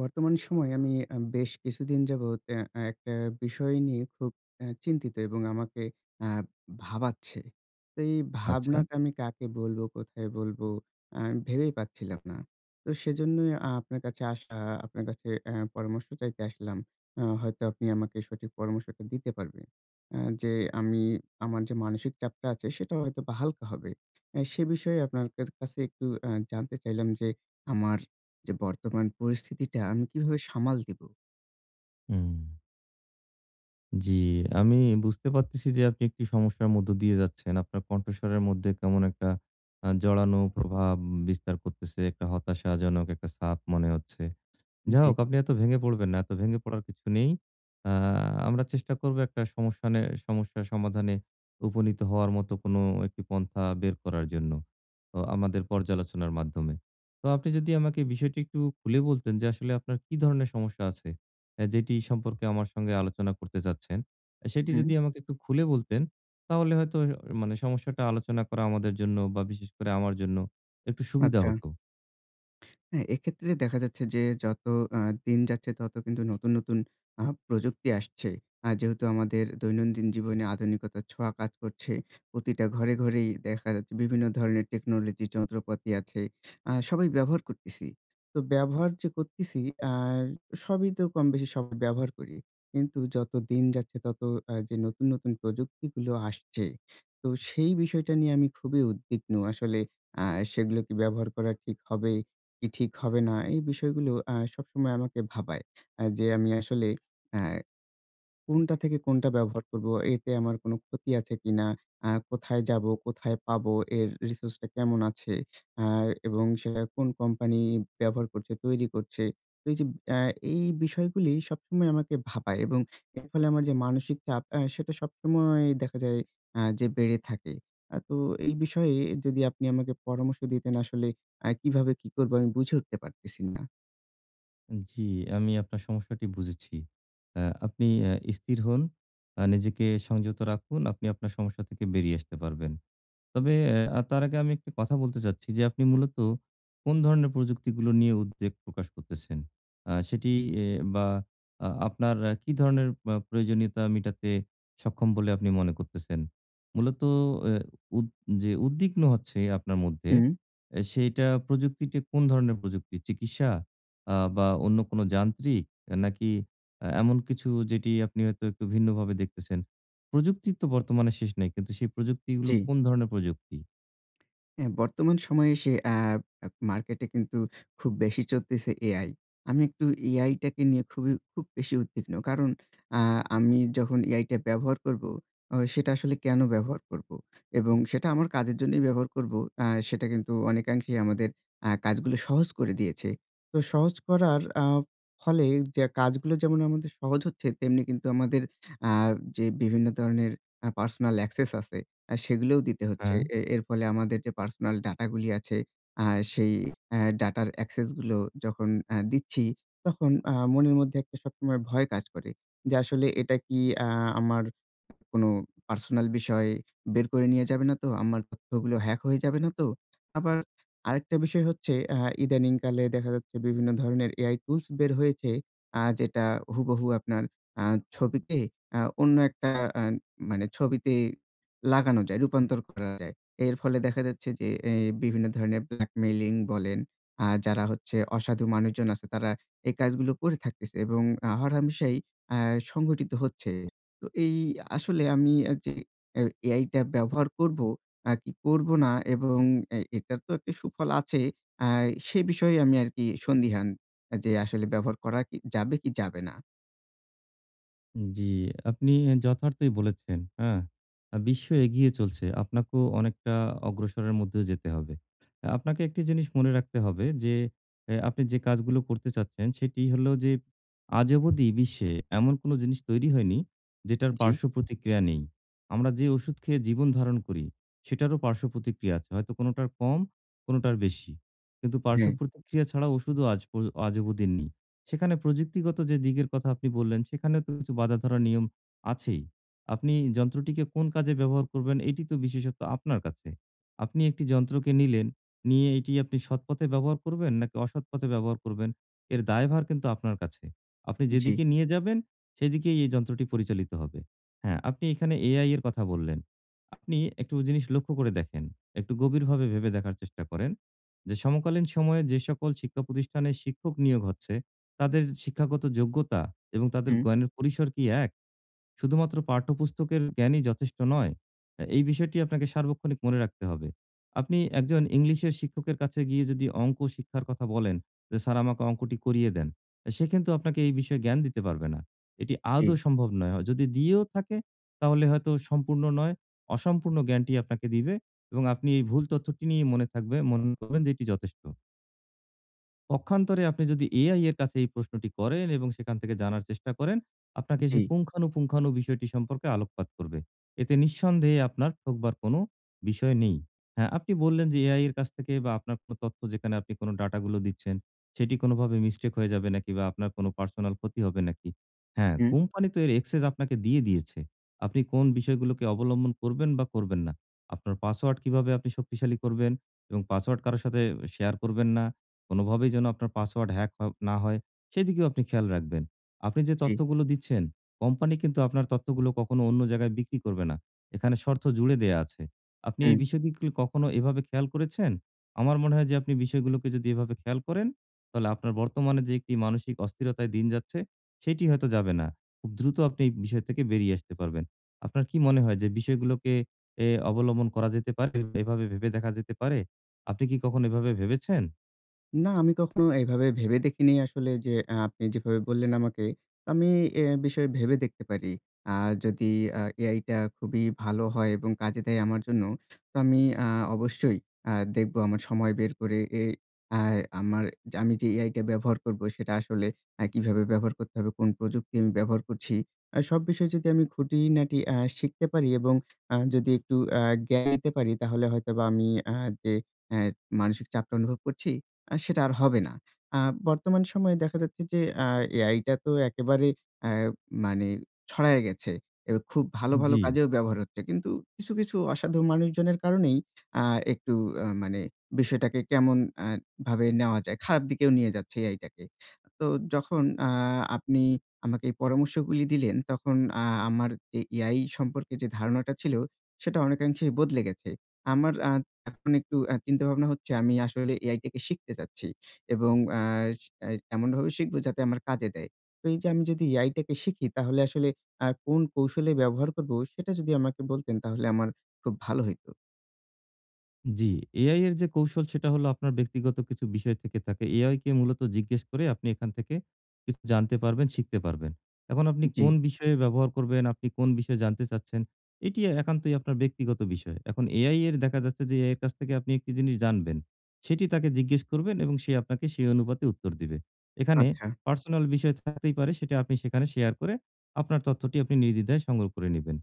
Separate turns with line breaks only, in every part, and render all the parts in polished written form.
বর্তমান সময়ে আমি বেশ কিছুদিন যাবৎ অ্যা আ একটা বিষয় নিয়ে খুব চিন্তিত এবং আমাকে আ ভাবাচ্ছে। তো এই
আচ্ছা।
ভাবনাটা আমি কাকে বলবো, কোথায় বলবো আ ভেবেই পাচ্ছিলাম না। তো সেজন্যই আপনার কাছে আসা, আপনার কাছে পরামর্শ চাইতে আসলাম। হয়তো আপনি আমাকে সঠিক পরামর্শটা দিতে পারবেন। যে আমি আমার যে মানসিক চাপটা আছে সেটা হয়তোবা হালকা হবে। সে বিষয়ে আপনার কাছে একটু জানতে চাইলাম যে আমার যে বর্তমান পরিস্থিতিটা আমি কিভাবে সামাল দিব?
হুম, জি, আমি বুঝতে পারতেছি যে আপনি একটি সমস্যার মধ্য দিয়ে যাচ্ছেন। আপনার কণ্ঠস্বরের মধ্যে কেমন একটা জড়ানো প্রভাব বিস্তার করতেছে। একটা হতাশাজনক একটা ছাপ মনে হচ্ছে। যাই
জি।
হোক, আপনি এত ভেঙে পড়বেন না। এত ভেঙে পড়ার কিছু নেই। আ আমরা চেষ্টা করব একটা সমস্যা সমাধানে উপনীত হওয়ার মতো কোনো একটি পন্থা বের করার জন্য আমাদের পর্যালোচনার মাধ্যমে। তো আপনি যদি আমাকে বিষয়টি একটু খুলে বলতেন যে আসলে আপনার কি ধরনের সমস্যা আছে? যেটি সম্পর্কে আমার সঙ্গে আলোচনা করতে চাচ্ছেন। আহ, সেটি
হুম,
যদি আমাকে একটু খুলে বলতেন, তাহলে হয়তো মানে সমস্যাটা আলোচনা করা আমাদের জন্য বা বিশেষ করে আমার জন্য একটু সুবিধা
আচ্ছা।
হতো।
হ্যাঁ, এক্ষেত্রে দেখা যাচ্ছে যে যত আ দিন যাচ্ছে তত কিন্তু নতুন, নতুন প্রযুক্তি আসছে। যেহেতু আমাদের দৈনন্দিন জীবনে আধুনিকতার ছোঁয়া কাজ করছে। প্রতিটা ঘরে, ঘরেই দেখা যাচ্ছে বিভিন্ন ধরনের টেকনোলজি যন্ত্রপাতি আছে। সবাই ব্যবহার করতেছি। তো ব্যবহার যে করতেছি আর সবই তো কম বেশি সবাই ব্যবহার করি। কিন্তু যত দিন যাচ্ছে তত যে নতুন, নতুন প্রযুক্তিগুলো আসছে। তো সেই বিষয়টা নিয়ে আমি খুবই উদ্বিগ্ন। আসলে আ সেগুলো কি ব্যবহার করা ঠিক হবে? কি ঠিক হবে না? এই বিষয়গুলো সবসময় আমাকে ভাবায়। যে আমি আসলে অ্যা কোনটা থেকে কোনটা ব্যবহার করব? এতে আমার কোনো ক্ষতি আছে কিনা? কোথায় যাব? কোথায় পাবো? এর রিসোর্স টা কেমন আছে? আ এবং সেটা কোন কোম্পানি ব্যবহার করছে, তৈরি করছে? তো এই যে আ এই বিষয়গুলি সবসময় আমাকে ভাবায় এবং এর ফলে আমার যে মানসিক চাপ সেটা সবসময় দেখা যায় যে বেড়ে থাকে। তো এই বিষয়ে যদি আপনি আমাকে পরামর্শ দিতেন আসলে কিভাবে কি করব আমি বুঝে উঠতে পারতেছি না।
জি, আমি আপনার সমস্যাটি বুঝেছি। আ আপনি আ স্থির হোন, নিজেকে সংযত রাখুন। আপনি আপনার সমস্যা থেকে বেরিয়ে আসতে পারবেন। তবে তার আগে আমি একটা কথা বলতে চাচ্ছি যে, আপনি মূলত কোন ধরনের প্রযুক্তিগুলো নিয়ে উদ্বেগ প্রকাশ করতেছেন? সেটি এ বা আ আপনার আ কি ধরনের প্রয়োজনীয়তা মিটাতে সক্ষম বলে আপনি মনে করতেছেন? মূলত এ উদ যে উদ্বিগ্ন হচ্ছে আপনার মধ্যে,
হুম,
সেইটা প্রযুক্তিটি কোন ধরনের প্রযুক্তি? চিকিৎসা বা অন্য কোনো যান্ত্রিক নাকি এমন কিছু যেটি আপনি হয়তো একটু ভিন্নভাবে দেখতেছেন? প্রযুক্তির তো বর্তমানে শেষ নাই। কিন্তু সেই প্রযুক্তিগুলো
জি।
কোন ধরনের প্রযুক্তি?
হ্যাঁ, বর্তমান সময়ে এসে আ আ মার্কেটে কিন্তু খুব বেশি চলতেছে AI। আমি একটু AI টাকে নিয়ে খুবই খুব বেশি উদ্বিগ্ন। কারণ আ আমি যখন AI টা ব্যবহার করব, সেটা আসলে কেন ব্যবহার করব? এবং সেটা আমার কাজের জন্যই ব্যবহার করব। সেটা কিন্তু অনেকাংশেই আমাদের কাজগুলো সহজ করে দিয়েছে। তো সহজ করার ফলে যে কাজগুলো যেমন আমাদের সহজ হচ্ছে, তেমনি কিন্তু আমাদের আ যে বিভিন্ন ধরনের পার্সোনাল অ্যাক্সেস আছে সেগুলোও দিতে হচ্ছে।
হ্যাঁ?
এর ফলে আমাদের যে পার্সোনাল ডাটা গুলি আছে, আ সেই ডাটার অ্যাক্সেস গুলো যখন দিচ্ছি, তখন মনের মধ্যে একটা সবসময় ভয় কাজ করে। যে আসলে এটা কি আ আমার কোনো পার্সোনাল বিষয় বের করে নিয়ে যাবে না তো? আমার তথ্যগুলো হ্যাক হয়ে যাবে না তো? আবার আরেকটা বিষয় হচ্ছে ইদানিংকালে দেখা যাচ্ছে বিভিন্ন ধরনের AI টুলস বের হয়েছে। যেটা হুবহু আপনার আ ছবিকে অন্য একটা আ মানে ছবিতে লাগানো যায়, রূপান্তর করা যায়। এর ফলে দেখা যাচ্ছে যে বিভিন্ন ধরনের ব্ল্যাকমেইলিং বলেন, যারা হচ্ছে অসাধু মানুষজন আছে তারা এই কাজগুলো করে থাকতেছে এবং হরহামেশাই আ সংঘটিত হচ্ছে। তো এই আসলে আমি যে এ এআইটা ব্যবহার করব, কি করব না এবং এটার তো একটা সুফল আছে। আ সে বিষয়ে আমি আরকি সন্দিহান যে আসলে ব্যবহার করা কি যাবে কি যাবে না।
জি, আপনি যথার্থই বলেছেন, হ্যাঁ? বিশ্ব এগিয়ে চলছে। আপনাকেও অনেকটা অগ্রসরের মধ্যেও যেতে হবে। আপনাকে একটি জিনিস মনে রাখতে হবে যে, আপনি যে কাজগুলো করতে চাচ্ছেন, সেটি হলো যে আজ অবধি বিশ্বে এমন কোনো জিনিস তৈরি হয়নি, যেটার
জি,
পার্শ্ব প্রতিক্রিয়া নেই। আমরা যে ওষুধ খেয়ে জীবন ধারণ করি, সেটারও পার্শ্ব প্রতিক্রিয়া আছে। হয়তো কোনোটার কম, কোনোটার বেশি। কিন্তু পার্শ্ব
হ্যাঁ,
প্রতিক্রিয়া ছাড়া ওষুধও আজ অবধি নেই। সেখানে প্রযুক্তিগত যে দিকের কথা আপনি বললেন, সেখানেও তো কিছু বাঁধা ধরা নিয়ম আছেই। আপনি যন্ত্রটিকে কোন কাজে ব্যবহার করবেন, এটি তো বিশেষত আপনার কাছে। আপনি একটি যন্ত্রকে নিলেন, নিয়ে এটি আপনি সৎ পথে ব্যবহার করবেন নাকি অসৎ পথে ব্যবহার করবেন, এর দায়ভার কিন্তু আপনার কাছে। আপনি
জি,
যেদিকে নিয়ে যাবেন, সেদিকেই এই যন্ত্রটি পরিচালিত হবে। হ্যাঁ, আপনি এখানে এআই এর কথা বললেন। আপনি একটু জিনিস লক্ষ্য করে দেখেন, একটু গভীরভাবে ভেবে দেখার চেষ্টা করেন যে সমকালীন সময়ে যে সকল শিক্ষা প্রতিষ্ঠানে শিক্ষক নিয়োগ হচ্ছে তাদের শিক্ষাগত যোগ্যতা এবং তাদের
হুম,
জ্ঞানের পরিসর কি এক? শুধুমাত্র পাঠ্যপুস্তকের জ্ঞানই যথেষ্ট নয়। এই বিষয়টি আপনাকে সার্বক্ষণিক মনে রাখতে হবে। আপনি একজন ইংলিশের শিক্ষকের কাছে গিয়ে যদি অঙ্ক শিক্ষার কথা বলেন যে, "স্যার আমাকে অঙ্কটি করিয়ে দেন।" সে কিন্তু আপনাকে এই বিষয়ে জ্ঞান দিতে পারবে না। এটি
জি,
আদৌ সম্ভব নয়। যদি দিয়েও থাকে তাহলে হয়তো সম্পূর্ণ নয়, অসম্পূর্ণ জ্ঞানটি আপনাকে দিবে এবং আপনি এই ভুল তথ্যটি নিয়ে মনে থাকবে মনে করবেন যে এটি যথেষ্ট। পক্ষান্তরে আপনি যদি AI এর কাছে এই প্রশ্নটি করেন এবং সেখান থেকে জানার চেষ্টা করেন, আপনাকে
জি,
সে পুঙ্খানুপুঙ্খানু বিষয়টি সম্পর্কে আলোকপাত করবে। এতে নিঃসন্দেহে আপনার ঠকবার কোনো বিষয় নেই। হ্যাঁ, আপনি বললেন যে AI এর কাছ থেকে বা আপনার কোনো তথ্য যেখানে আপনি কোনো ডাটাগুলো দিচ্ছেন, সেটি কোনোভাবে মিস্টেক হয়ে যাবে নাকি বা আপনার কোনো পার্সোনাল ক্ষতি হবে নাকি? হ্যাঁ,
হুম,
কোম্পানি তো এর অ্যাক্সেস আপনাকে দিয়ে দিয়েছে। আপনি কোন বিষয়গুলোকে অবলম্বন করবেন বা করবেন না। আপনার পাসওয়ার্ড কিভাবে আপনি শক্তিশালী করবেন এবং পাসওয়ার্ড কারো সাথে শেয়ার করবেন না। কোনোভাবেই যেন আপনার পাসওয়ার্ড হ্যাক হ না হয়, সেদিকেও আপনি খেয়াল রাখবেন। আপনি যে
জি,
তথ্যগুলো দিচ্ছেন, কোম্পানি কিন্তু আপনার তথ্যগুলো কখনো অন্য জায়গায় বিক্রি করবে না। এখানে শর্ত জুড়ে দেয়া আছে। আপনি এই
হুম।
বিষয়গুলি কখনো এভাবে খেয়াল করেছেন? আমার মনে হয় যে আপনি বিষয়গুলোকে যদি এভাবে খেয়াল করেন, তাহলে আপনার বর্তমানে যে একটি মানসিক অস্থিরতায় দিন যাচ্ছে, সেটি হয়তো যাবে না। খুব দ্রুত আপনি এই বিষয় থেকে বেরিয়ে আসতে পারবেন। আপনার কি মনে হয় যে বিষয়গুলোকে অবলম্বন করা যেতে পারে? এভাবে ভেবে দেখা যেতে পারে? আপনি কি কখনো এভাবে ভেবেছেন?
না, আমি কখনো এভাবে ভেবে দেখিনি আসলে যে আপনি যেভাবে বললেন আমাকে, আমি এ বিষয়ে ভেবে দেখতে পারি। আ যদি AI টা খুবই ভালো হয় এবং কাজে দেয় আমার জন্য, তো আমি অবশ্যই দেখব আমার সময় বের করে এ আ আমার আমি যে AI টা ব্যবহার করব সেটা আসলে কিভাবে ব্যবহার করতে হবে, কোন প্রযুক্তি আমি ব্যবহার করছি। সব বিষয়ে যদি আমি খুঁটিনাটি শিখতে পারি এবং যদি একটু জ্ঞান নিতে পারি তাহলে হয়তোবা আমি যে অ্যা মানসিক চাপটা অনুভব করছি সেটা আর হবে না। আ বর্তমান সময়ে দেখা যাচ্ছে যে আ এআইটা তো একেবারে আ মানে ছড়ায় গেছে। খুব ভালো, ভালো
জি,
কাজেও ব্যবহার হচ্ছে। কিন্তু কিছু, কিছু অসাধু মানুষজনের কারণেই আ একটু মানে বিষয়টাকে কেমন আ ভাবে নেওয়া যায়, খারাপ দিকেও নিয়ে যাচ্ছে এআইটাকে। তো যখন আপনি আমাকে এই পরামর্শগুলি দিলেন, তখন আমার যে এআই সম্পর্কে যে ধারণাটা ছিল, সেটা অনেকাংশেই বদলে গেছে। আমার এখন একটু চিন্তাভাবনা হচ্ছে আমি আসলে AI টাকে শিখতে চাচ্ছি এবং আ সি আ এমনভাবে শিখব যাতে আমার কাজে দেয়। তো এই যে আমি যদি AI টাকে শিখি তাহলে আসলে কোন কৌশলে ব্যবহার করব সেটা যদি আমাকে বলতেন তাহলে আমার খুব ভালো হইতো।
জি। এআই এর যে কৌশল সেটা হলো আপনার ব্যক্তিগত কিছু বিষয় থেকে থাকে। এআই কে মূলত জিজ্ঞেস করে আপনি এখান থেকে কিছু জানতে পারবেন, শিখতে পারবেন। এখন আপনি
জি,
কোন বিষয়ে ব্যবহার করবেন, আপনি কোন বিষয়ে জানতে চাচ্ছেন, এটি একান্তই আপনার ব্যক্তিগত বিষয়। এখন এআই এর দেখা যাচ্ছে যে এআই এর কাছ থেকে আপনি একটি জিনিস জানবেন। সেটি তাকে জিজ্ঞেস করবেন এবং সে আপনাকে সেই অনুপাতে উত্তর দিবে। এখানে
আচ্ছা,
পার্সোনাল বিষয় থাকতেই পারে সেটা আপনি সেখানে শেয়ার করে আপনার তথ্যটি আপনি নির্দ্বিধায় সংগ্রহ করে নিবেন।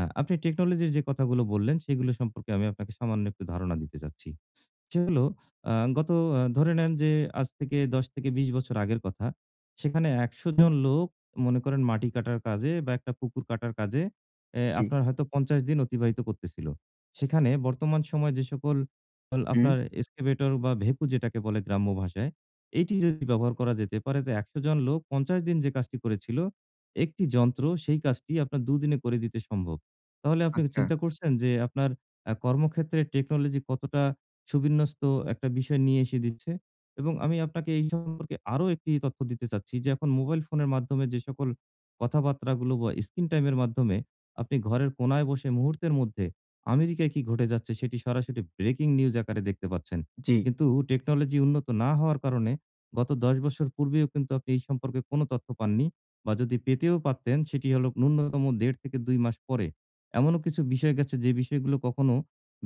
আপনি টেকনোলজির যে কথাগুলো বললেন, সেগুলো সম্পর্কে আমি আপনাকে সামান্য একটু ধারণা দিতে চাচ্ছি। সে হলো আ গত আ ধরে নেন যে আজ থেকে ১০ থেকে ২০ বছর আগের কথা। সেখানে ১০০ জন লোক মনে করেন মাটি কাটার কাজে বা একটা পুকুর কাটার কাজে
জি,
আপনার হয়তো ৫০ দিন অতিবাহিত করতেছিল। সেখানে বর্তমান সময়ে যে সকল
হুম,
আপনার এক্সকেভেটর বা ভেকু যেটাকে বলে গ্রাম্য ভাষায়, এইটি যদি ব্যবহার করা যেতে পারে তো ১০০ জন লোক ৫০ দিন যে কাজটি করেছিল, একটি যন্ত্র সেই কাজটি আপনার দুদিনে করে দিতে সম্ভব। তাহলে আপনি
আচ্ছা,
চিন্তা করছেন যে আপনার কর্মক্ষেত্রে টেকনোলজি কতটা সুবিন্যস্ত একটা বিষয় নিয়ে এসে দিচ্ছে এবং আমি আপনাকে এই সম্পর্কে আরো একটি তথ্য দিতে চাচ্ছি যে এখন মোবাইল ফোনের মাধ্যমে যে সকল কথাবার্তাগুলো বা স্ক্রিন টাইমের মাধ্যমে আপনি ঘরের কোনায় বসে মুহূর্তের মধ্যে আমেরিকায় কি ঘটে যাচ্ছে সেটি সরাসরি ব্রেকিং নিউজ আকারে দেখতে পাচ্ছেন।
জি,
কিন্তু টেকনোলজি উন্নত না হওয়ার কারণে গত ১০ বছর পূর্বেও কিন্তু আপনি এই সম্পর্কে কোনো তথ্য পাননি বা যদি পেতেও পারতেন সেটি হলো ন্যূনতম ১.৫ থেকে ২ মাস পরে। এমনও কিছু বিষয় গেছে যে বিষয়গুলো কখনো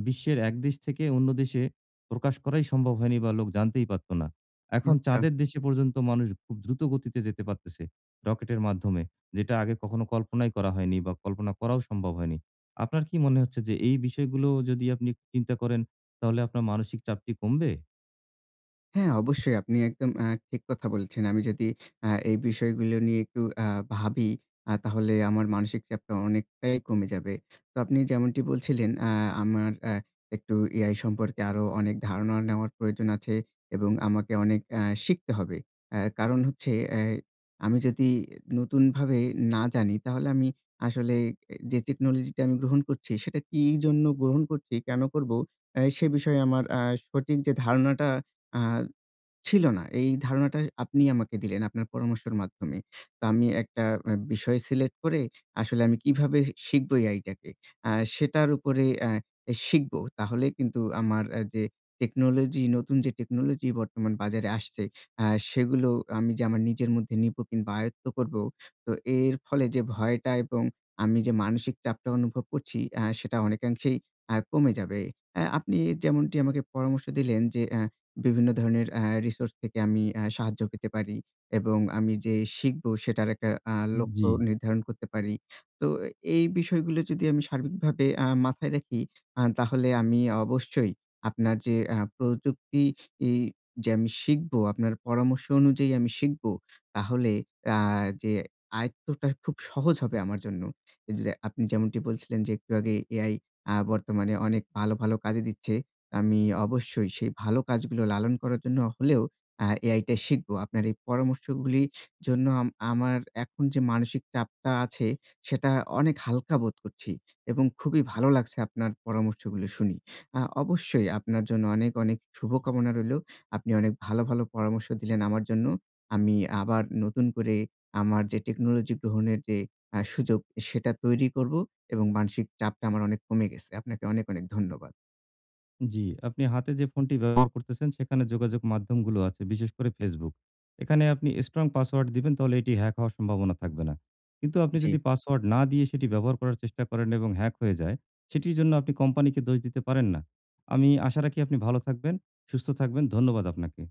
বিশ্বের এক দেশ থেকে অন্য দেশে প্রকাশ করাই সম্ভব হয়নি বা লোক জানতেই পারত না। এখন
আচ্ছা।
চাঁদের দেশে পর্যন্ত মানুষ খুব দ্রুত গতিতে যেতে পারতেছে রকেটের মাধ্যমে। যেটা আগে কখনো কল্পনাই করা হয়নি বা কল্পনা করাও সম্ভব হয়নি। আপনার কি মনে হচ্ছে যে এই বিষয়গুলো যদি আপনি একটু চিন্তা করেন তাহলে আপনার মানসিক চাপটি কমবে?
হ্যাঁ, অবশ্যই আপনি একদম ঠিক কথা বলেছেন। আমি যদি এই বিষয়গুলো নিয়ে একটু ভাবি তাহলে আমার মানসিক চাপটা অনেকটাই কমে যাবে। তো আপনি যেমনটি বলছিলেন আমার একটু AI সম্পর্কে আরো অনেক ধারণা নেওয়ার প্রয়োজন আছে এবং আমাকে অনেক শিখতে হবে। কারণ হচ্ছে আমি যদি নতুনভাবে না জানি তাহলে আমি আসলে যে টেকনোলজিটা আমি গ্রহণ করছি সেটা কি জন্য গ্রহণ করছি, কেন করব? সে বিষয়ে আমার সঠিক যে ধারণাটা আ ছিল না। এই ধারণাটা আপনি আমাকে দিলেন আপনার পরামর্শের মাধ্যমে। তো আমি একটা বিষয় সিলেক্ট করে আসলে আমি কিভাবে শিখব এআইটাকে, সেটার উপরে শিখব। তাহলে কিন্তু আমার যে টেকনোলজি, নতুন যে টেকনোলজি বর্তমান বাজারে আসছে, আ সেগুলো আমি যে আমার নিজের মধ্যে নিব কিংবা আয়ত্ত করব, তো এর ফলে যে ভয়টা এবং আমি যে মানসিক চাপটা অনুভব করছি, সেটা অনেকাংশেই কমে যাবে। আপনি যেমনটি আমাকে পরামর্শ দিলেন যে বিভিন্ন ধরনের রিসোর্স থেকে আমি সাহায্য পেতে পারি এবং আমি যে শিখবো সেটার একটা লক্ষ্য
জি।
নির্ধারণ করতে পারি। তো এই বিষয়গুলো যদি আমি সার্বিকভাবে মাথায় রাখি, তাহলে আমি অবশ্যই আপনার যে প্রযুক্তি ই যে আমি শিখবো, আপনার পরামর্শ অনুযায়ী আমি শিখবো, তাহলে আ যে আয়ত্তটা খুব সহজ হবে আমার জন্য। এই যে আপনি যেমনটি বলছিলেন যে একটু আগে এআই বর্তমানে অনেক ভালো, ভালো কাজে দিচ্ছে। আমি অবশ্যই সেই ভালো কাজগুলো লালন করার জন্য হলেও AI টা শিখবো। আপনার এই পরামর্শগুলির জন্য আমার এখন যে মানসিক চাপটা আছে সেটা অনেক হালকা বোধ করছি এবং খুবই ভালো লাগছে আপনার পরামর্শগুলো শুনি। অবশ্যই আপনার জন্য অনেক, অনেক শুভকামনা রইলো। আপনি অনেক ভালো, ভালো পরামর্শ দিলেন আমার জন্য। আমি আবার নতুন করে আমার যে টেকনোলজি গ্রহণের যে সুযোগ সেটা তৈরি করবো এবং মানসিক চাপটা আমার অনেক কমে গেছে। আপনাকে অনেক, অনেক ধন্যবাদ।
জি, আপনি হাতে যে ফোনটি ব্যবহার করতেছেন সেখানে যোগাযোগ মাধ্যমগুলো আছে, বিশেষ করে Facebook। এখানে আপনি স্ট্রং পাসওয়ার্ড দিবেন তাহলে এটি হ্যাক হওয়ার সম্ভাবনা থাকবে না। কিন্তু আপনি
জি।
যদি পাসওয়ার্ড না দিয়ে সেটি ব্যবহার করার চেষ্টা করেন এবং হ্যাক হয়ে যায়, সেটির জন্য আপনি কোম্পানিকে দোষ দিতে পারেন না। আমি আশা রাখি আপনি ভালো থাকবেন, সুস্থ থাকবেন। ধন্যবাদ আপনাকে।